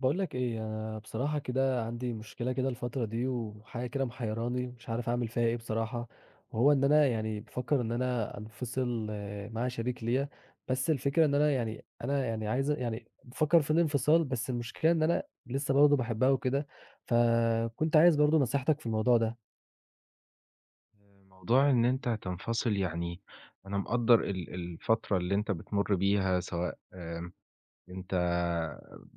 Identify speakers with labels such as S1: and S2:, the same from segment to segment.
S1: باقول لك إيه، أنا بصراحة كده عندي مشكلة كده الفترة دي، وحاجة كده محيراني مش عارف أعمل فيها إيه بصراحة، وهو إن أنا يعني بافكر إن أنا أنفصل آه، مع شريك ليّا، بس الفكرة إن أنا يعني عايز يعني بافكر في الانفصال، بس المشكلة إن أنا لسه برضه باحبها وكده، فكنت عايز برضه نصيحتك في الموضوع ده.
S2: موضوع إن أنت هتنفصل يعني. أنا مقدّر الفترة اللي أنت بتمُر بيها، سواء أنت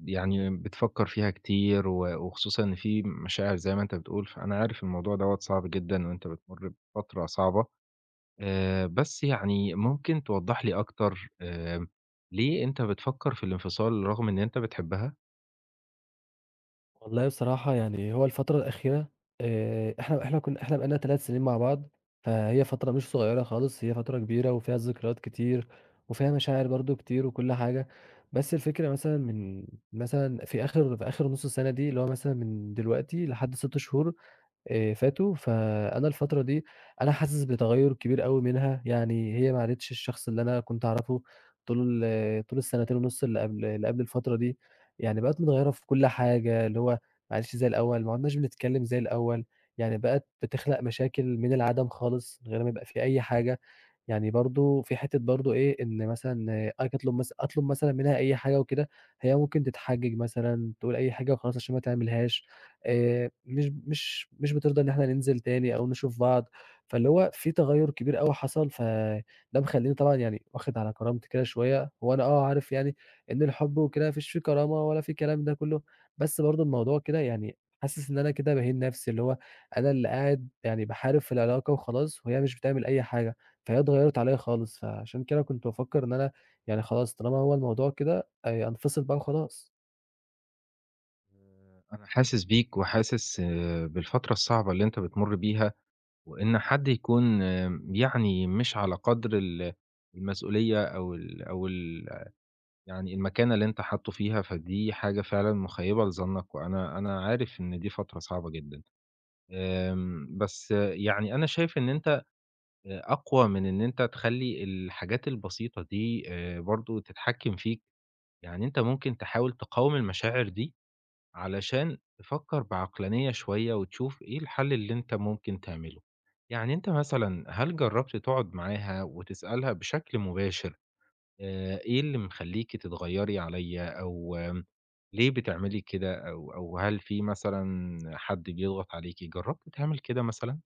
S2: يعني بتفكّر فيها كتير وخصوصًا إن في مشاعر زي ما أنت بتقول، فأنا عارف الموضوع دوّة صعب جدًا وأنت بتمُر بفترة صعبة. بس يعني ممكن توضّح لي أكتر، ليه أنت بتفكّر في الانفصال رغم إن أنت بتحبها؟
S1: والله بصراحة يعني هو الفترة الأخيرة، إحنا بقى لنا 3 سنين مع بعض، فهي فترة مش صغيرة خالص، هي فترة كبيرة وفيها ذكريات كتير، وفيها مشاعر برضه كتير وكل حاجة، بس الفكرة مثلًا مثلًا في آخر نُص السنة دي، اللي هو مثلًا من دلوقتي لحد 6 شهور فاتوا، فأنا الفترة دي أنا حاسس بتغيُّر كبير أوي منها، يعني هي ما عادتش الشخص اللي أنا كنت أعرفه طول طول السنتين ونُص اللي قبل الفترة دي، يعني بقِت متغيّرة في كل حاجة، اللي هو ما عادش زي الأول، ما عُدناش بنتكلّم زي الأول، يعني بقِت بتخلق مشاكل من العدم خالص من غير ما يبقى في أي حاجة. يعني برضه في حتّة برضه إيه، إن مثلًا آه، آجي أطلب مثلًا منها أي حاجة وكده، هي ممكن تتحجج مثلًا، تقول أي حاجة وخلاص عشان ما تعملهاش، مش بترضى إن إحنا ننزل تاني أو نشوف بعض، فاللي هو في تغيُّر كبير أوي حصل، فده مخلّيني طبعًا يعني واخد على كرامتي كده شوية، هو أنا آه عارف يعني إن الحُب وكده ما فيش فيه كرامة ولا فيه الكلام ده كُلّه، بس برضه الموضوع كده يعني حاسس إن أنا كده باهين نَفْسي، اللي هو أنا اللي قاعد يعني باحارب في العلاقة وخلاص وهي مش بتعمل أي حاجة. فهي اتغيّرت عليّا خالص، فعشان كده كنت بافكّر إن أنا يعني خلاص طالما هو الموضوع كده، أنفصل بقى وخلاص.
S2: أنا حاسس بيك وحاسس، بالفترة الصعبة اللي أنت بتمُر بيها وإن حد يكون، يعني مش على قدر المسؤولية أو ال أو ال يعني المكانة اللي أنت حاطّه فيها، فدي حاجة فعلًا مخيّبة لظنك، وأنا عارف إن دي فترة صعبة جدًا. بس يعني أنا شايف إن أنت، أقوى من إن أنت تخلّي الحاجات البسيطة دي، برضه تتحكّم فيك. يعني أنت ممكن تحاول تقاوم المشاعر دي علشان تفكّر بعقلانية شوية وتشوف إيه الحل اللي أنت ممكن تعمله. يعني أنت مثلًا هل جرّبت تقعد معاها وتسألها بشكل مباشر، إيه اللي مخلّيكِ تتغيّري عليّا أو، ليه بتعملي كده أو هل في مثلًا حد بيضغط عليكِ؟ جرّبت تعمل كده مثلًا؟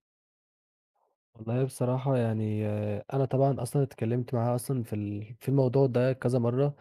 S1: والله بصراحة يعني آه، أنا طبعا أصلا اتكلمت معاها أصلا في الموضوع ده كذا مرة،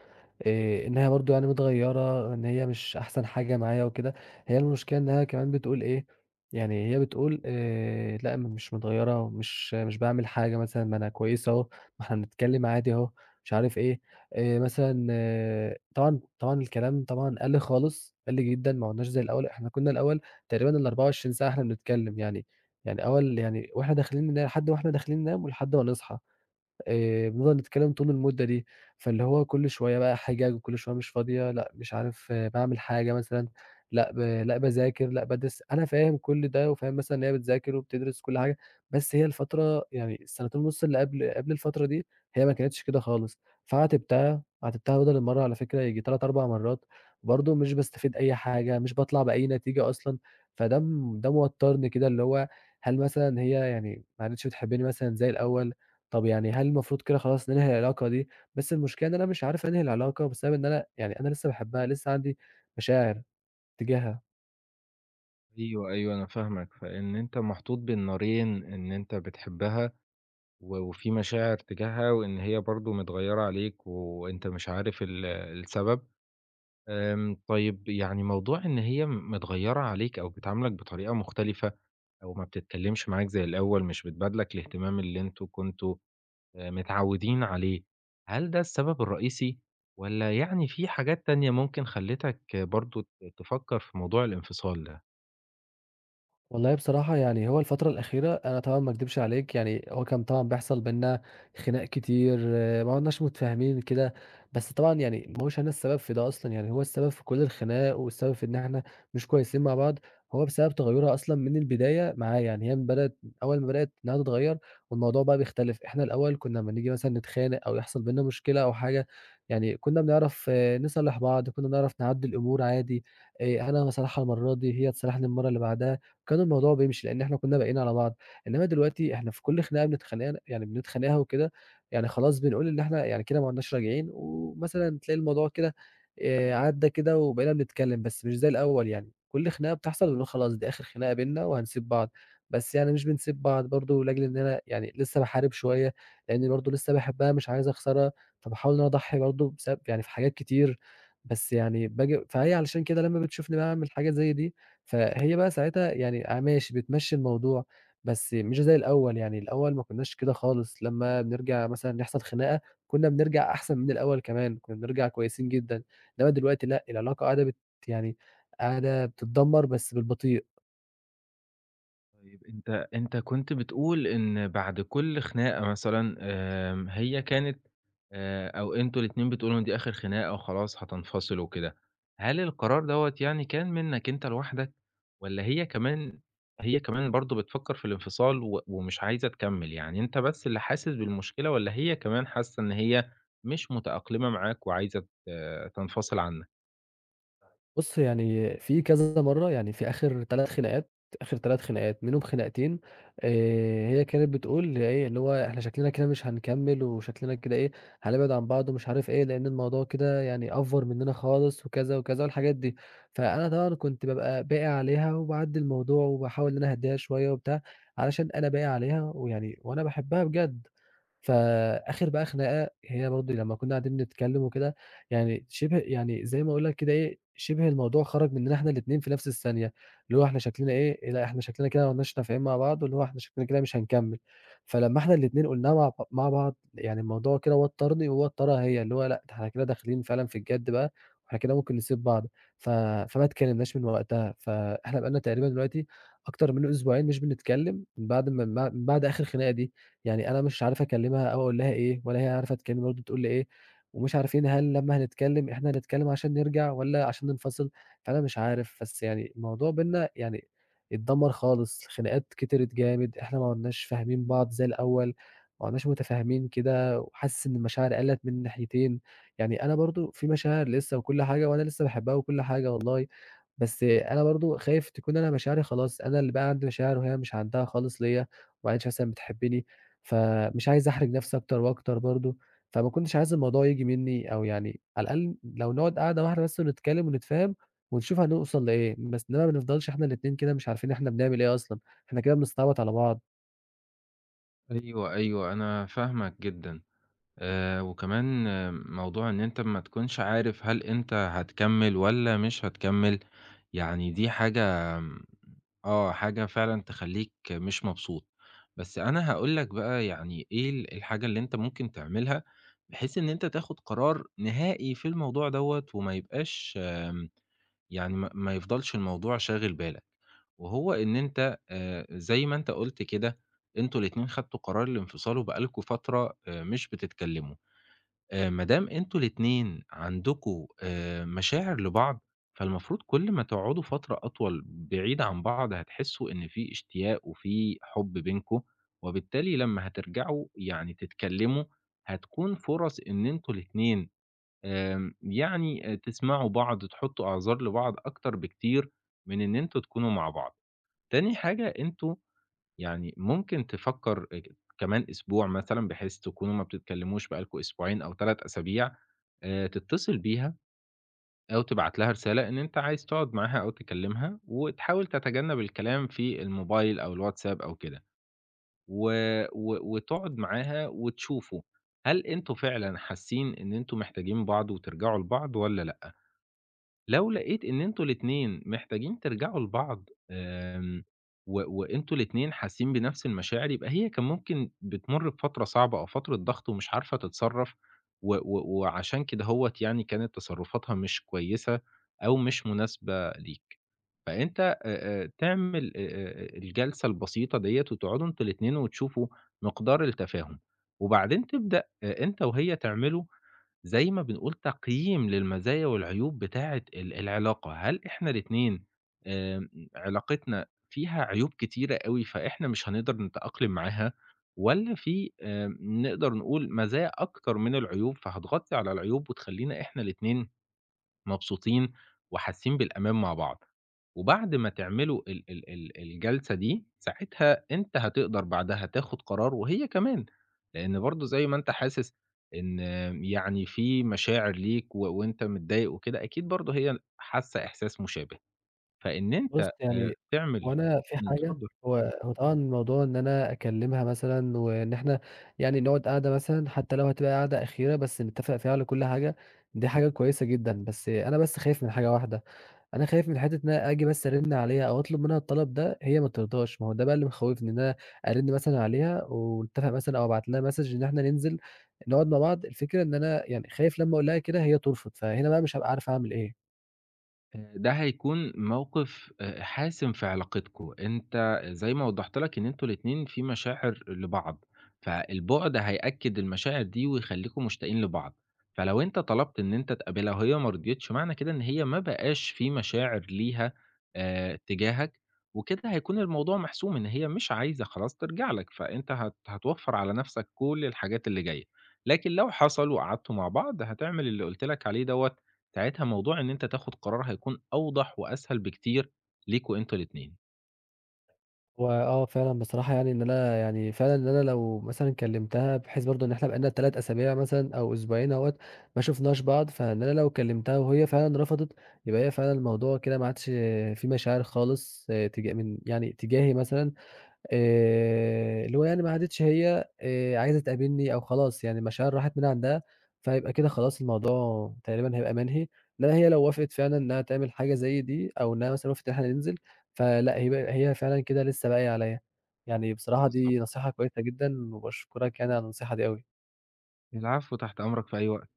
S1: إيه، إن هي برضو يعني متغيرة، إن هي مش أحسن حاجة معايا وكده. هي المشكلة إنها كمان بتقول إيه، يعني هي بتقول إيه، لا أنا مش متغيرة ومش مش بعمل حاجة، مثلا ما أنا كويسة أهو، ما إحنا بنتكلم عادي أهو، مش عارف إيه، إيه مثلا آه، طبعا الكلام طبعا قل خالص، قل جدا، ما عدناش زي الأول. إحنا كنا الأول تقريبا ال 24 ساعة إحنا بنتكلم، يعني أول، يعني وإحنا داخلين ننام ولحد ما نصحى. بنفضل نتكلم طول المدة دي، فاللي هو كل شوية بقى حجج وكل شوية مش فاضية، لأ مش عارف باعمل حاجة مثلًا، لأ باذاكر، لأ بادرس، أنا فاهم كل ده وفاهم مثلًا إن هي بتذاكر وبتدرس وكل حاجة، بس هي الفترة يعني السنتين ونُص اللي قبل الفترة دي، هي ما كانتش كده خالص، فعاتبتها، عاتبتها بدل المَرّة على فكرة ييجي 3، 4 مرات، برضه مش باستفيد أي حاجة، مش باطلع بأي نتيجة أصلًا، فده م ده موتّرني كده، اللي هو هل مثلًا هي يعني ما عادتش بتحبني مثلًا زي الأول؟ طب يعني هل المفروض كده خلاص ننهي العلاقة دي؟ بس المشكلة إن أنا مش عارف أنهي العلاقة بسبب إن أنا يعني أنا لسه باحبها، لسه عندي مشاعر تجاهها.
S2: أيوه، أيوه، أنا فاهمك. فإن أنت محطوط بين نارين، إن أنت بتحبها وفي مشاعر تجاهها وإن هي برضه متغيّرة عليك وأنت مش عارف السبب. طيب يعني موضوع إن هي متغيّرة عليك أو بتعاملك بطريقة مختلفة أو ما بتتكلّمش معاك زي الأول، مش بتبادلك الاهتمام اللي أنتم كنتم متعوّدين عليه، هل ده السبب الرئيسي والّا يعني في حاجات تانية ممكن خلّتك برضه تفكّر في موضوع الانفصال ده؟
S1: والله بصراحة يعني هو الفترة الأخيرة أنا طبعًا ما أكدبش عليك، يعني هو كان طبعًا بيحصل بيننا خناق كتير، آه، ما عُدناش متفاهمين كده، بس طبعًا يعني ما هوش أنا السبب في ده أصلًا، يعني هو السبب في كل الخناق والسبب في إن إحنا مش كويسين مع بعض، هو بسبب تغيُّرها أصلًا من البداية معايا، يعني هي من بدأت أول ما بدأت إنها تتغيّر والموضوع بقى بيختلف. إحنا الأول كُنّا أمّا نيجي مثلًا نتخانق أو يحصل بيننا مشكلة أو حاجة، يعني كُنّا بنعرف آه، نصالح بعض، كُنّا بنعرف نعدّي الأمور عادي، أنا باصالحها المرّة دي، هي تصالحني المرّة اللي بعدها. كان الموضوع بيمشي لإن إحنا كُنّا باقيين على بعض، إنّما دلوقتي إحنا في كل خناقة بنتخانق، يعني بنتخانقها وكده، يعني خلاص بنقول إن إحنا يعني كده ما عُدناش راجعين، ومثلًا تلاقي الموضوع كده عدّى كده وبقينا بنتكلّم، بس مش زي الأول يعني، كل خناقة بتحصل بنقول خلاص دي آخِر خناقة بيننا وهنسيب بعض، بس يعني مش بنسيب بعض برضه لأجل إن أنا يعني لسّه باحارب شوية، لإنّي برضه لسّه باحبّها مش عايز أخسرها، فباحاول إن أنا أضحّي برضه بسبب يعني في حاجات كتير، بس يعني باجي فهي علشان كده لمّا بتشوفني باعمل حاجة زي دي فهي بقى ساعتها يعني آه ماشي، بتمشّي الموضوع، بس مش زي الأول، يعني الأول ما كناش كده خالص، لمّا بنرجع مثلًا يحصل خناقة، كنا بنرجع أحسن من الأول كمان، كنا بنرجع كويسين جدًا، إنّما دلوقتي لأ، العلاقة قاعدة يعني قاعدة بتتدمّر بس بالبطيء.
S2: طيب أنت كنت بتقول إن بعد كل خناقة مثلًا، هي كانت، أو أنتم الاتنين بتقولوا إن دي آخر خناقة وخلاص هتنفصلوا وكده، هل القرار دوّة يعني كان منك أنت لوحدك، والّا هي كمان برضه بتفكر في الانفصال ومش عايزة تكمّل، يعني أنت بس اللي حاسس بالمشكلة والّا هي كمان حاسة إن هي مش متأقلمة معاك وعايزة تنفصل عنك؟
S1: بُص، يعني في كذا مرّة، يعني في آخر 3 خناقات، آخر 3 خناقات، منهم خناقتين هي كانت بتقول إيه، اللي هو إحنا شكلنا كده مش هنكمّل وشكلنا كده إيه، هنبعد عن بعض ومش عارف إيه، لإن الموضوع كده يعني أفور منّنا خالص وكذا، وكذا والحاجات دي. فأنا طبعًا كنت بابقى باقي عليها وباعدّي الموضوع وباحاول إن أنا أهدّيها شوية وبتاع، علشان أنا باقي عليها، ويعني وأنا باحبها بجد. فآخر بقى خناقة هي برضه لمّا كُنّا قاعدين نتكلّم وكده، يعني شِبه يعني زي ما أقول لك كده إيه، شِبه الموضوع خرج منّنا إحنا الاتنين في نفس الثانية، اللي هو إحنا شكلنا إيه، إيه، لأ إحنا شكلنا كده ما لناش نافعين مع بعض، واللي هو إحنا شكلنا كده مش هنكمّل، فلمّا إحنا الاتنين قُلناها مع بعض، يعني الموضوع كده وتّرني ووتّرها هي، اللي هو لأ ده إحنا كده داخلين فعلًا في الجَد بقى، وإحنا كده ممكن نسيب بعض، ف فما اتكلّمناش من وقتها، فإحنا بقى لنا تقريبًا دلوقتي أكتر من أسبوعين مش بنتكلّم من بعد ما من بعد من بعد آخر خناقة دي. يعني أنا مش عارف أكلّمها أو أقول لها إيه، ولا هي عارفة تكلمني برضه تقول لي إيه، ومش عارفين هل لمّا هنتكلّم إحنا هنتكلّم عشان نرجع والّا عشان ننفصل، فأنا مش عارف، بس يعني الموضوع بيننا يعني اتدمّر خالص، خناقات كترت جامد، إحنا ما عُدناش فاهمين بعض زي الأول، ما عُدناش متفاهمين كده، وحاسس إن المشاعر قَلّت من الناحيتين، يعني أنا برضه في مشاعر لسه وكل حاجة، وأنا لسه باحبها وكل حاجة والله، بس أنا برضه خايف تكون أنا مشاعري خلاص، أنا اللي بقى عندي مشاعر وهي مش عندها خالص ليّا، وما عادش مثلًا بتحبّني. فمش عايز أحرج نفسي أكتر وأكتر برضه، فما كنتش عايز الموضوع ييجي منّي، أو يعني على الأقل لو نقعد قعدة واحدة بس ونتكلم ونتفاهم ونشوف هنوصل لإيه، بس إنّما ما نفضلش إحنا الاتنين كده مش عارفين إحنا بنعمل إيه أصلًا، إحنا كده بنستعبط على بعض.
S2: أيوه، أيوه، أنا فاهمك جدًا. وكمان، موضوع إن أنت ما تكونش عارف هل أنت هتكمّل والّا مش هتكمّل، يعني دي حاجة آمم آه، حاجة فعلًا تخلّيك مش مبسوط. بس أنا هاقول لك بقى يعني إيه الحاجة اللي أنت ممكن تعملها، بحيث إن أنت تاخُد قرار نهائي في الموضوع دوّة وما يبقاش، يعني ما يفضلش الموضوع شاغل بالك، وهو إن أنت زي ما أنت قُلت كده، أنتم الاتنين خدتوا قرار الانفصال وبقى لكم فترة مش بتتكلّموا. ما دام أنتم الاتنين عندكم مشاعر لبعض، فالمفروض كل ما تقعدوا فترة أطول بعيد عن بعض هتحسّوا إن في اشتياق وفي حُب بينكم، وبالتالي لمّا هترجعوا يعني تتكلّموا، هتكون فرص إن أنتم الاتنين يعني، تسمعوا بعض، تحطّوا أعذار لبعض أكتر بكتير من إن أنتم تكونوا مع بعض. تاني حاجة أنتم يعني ممكن تفكّر كمان أسبوع مثلًا بحيث تكونوا ما بتتكلّموش بقى لكم أسبوعين أو 3 أسابيع، تتصل بيها أو تبعت لها رسالة إن أنت عايز تقعد معاها أو تكلّمها، وتحاول تتجنّب الكلام في الموبايل أو الواتساب أو كده، و و وتقعد معاها وتشوفوا هل أنتم فعلًا حاسين إن أنتم محتاجين بعض وترجعوا لبعض والّا لأ؟ لو لقيت إن أنتم الاتنين محتاجين ترجعوا لبعض، وأنتم الاتنين حاسين بنفس المشاعر، يبقى هي كان ممكن بتمُر بفترة صعبة أو فترة ضغط ومش عارفة تتصرّف، و و وعشان كدهوّة يعني كانت تصرُّفاتها مش كويسة أو مش مناسبة ليك. فأنت تعمل الجلسة البسيطة ديّة وتقعدوا أنتم الاتنين وتشوفوا مقدار التفاهم، وبعدين تبدأ أنت وهي تعملوا زي ما بنقول تقييم للمزايا والعيوب بتاعة العلاقة، هل إحنا الاتنين آمم علاقتنا فيها عيوب كتيرة أوي فإحنا مش هنقدر نتأقلم معاها، والّا في نقدر نقول مزايا أكتر من العيوب فهتغطي على العيوب وتخلّينا إحنا الاتنين مبسوطين وحاسين بالأمان مع بعض. وبعد ما تعملوا ال ال ال الجلسة دي، ساعتها أنت هتقدر بعدها تاخد قرار وهي كمان، لإن برضه زي ما أنت حاسس إن يعني في مشاعر ليك وأنت متضايق وكده، أكيد برضه هي حاسة إحساس مشابه، فإن أنت
S1: بُص يعني،
S2: تعمل.
S1: هو أنا في
S2: إمم،
S1: حاجة.
S2: اتفضل.
S1: هو هو طبعًا موضوع إن أنا أكلمها مثلًا وإن إحنا يعني نقعد قعدة مثلًا حتّى لو هتبقى قعدة أخيرة بس نتّفق فيها على كل حاجة، دي حاجة كويسة جدًا، بس أنا بس خايف من حاجة واحدة. انا خايف من حته ان انا اجي بس ارن عليها او اطلب منها الطلب ده هي ما ترضاش. ما هو ده بقى اللي مخوفني، ان انا ارن مثلا عليها ونتفق مثلا او ابعت لها مسج ان احنا ننزل نقعد مع بعض. الفكره ان انا يعني خايف لما اقول لها كده هي ترفض، فهنا بقى مش هبقى عارف اعمل ايه.
S2: ده هيكون موقِف حاسم في علاقتكم، أنت زي ما وضّحت لك إن أنتم الاتنين في مشاعر لبعض، فالبُعد هيأكّد المشاعر دي ويخلّيكم مشتاقين لبعض، فلو أنت طلبت إن أنت تقابلها وهي ما رضيتش، معنى كده إن هي ما بقاش في مشاعر ليها تجاهك، وكده هيكون الموضوع محسوم إن هي مش عايزة خلاص ترجع لك، فأنت هتوفّر على نَفْسك كل الحاجات اللي جاية، لكن لو حصل وقعدتوا مع بعض هتعمل اللي قُلت لك عليه دوّة ساعتها موضوع إن أنت تاخد قرار هيكون أوضح وأسهل بكتير ليكوا أنتوا الاتنين.
S1: واه فعلا بصراحه يعني، ان انا يعني فعلا ان انا لو مثلا كلمتها بحيث برضو ان احنا بقالنا 3 اسابيع مثلا او اسبوعين اهوت ما شفناش بعض، فان انا لو كلمتها وهي فعلا رفضت يبقى هي فعلا الموضوع كده ما عادش فيه مشاعر خالص، آه، تجاه من يعني تجاهي مثلا، اللي هو يعني ما عادتش هي عايزة تقابلني، أو خلاص يعني المشاعر راحت من عندها، فيبقى كده خلاص الموضوع تقريبًا هيبقى مَنهي. لأ، هي لو وافقت فعلًا إنها تعمل حاجة زي دي أو إنها مثلًا وافقت إن إحنا ننزل، فلأ هي فعلًا كده لسه باقية عليَّ. يعني بصراحة دي
S2: بالضبط.
S1: نصيحة كويسة جدًا وباشكرك يعني على النصيحة دي أوي.
S2: العفو، تحت أمرك في أي وقت.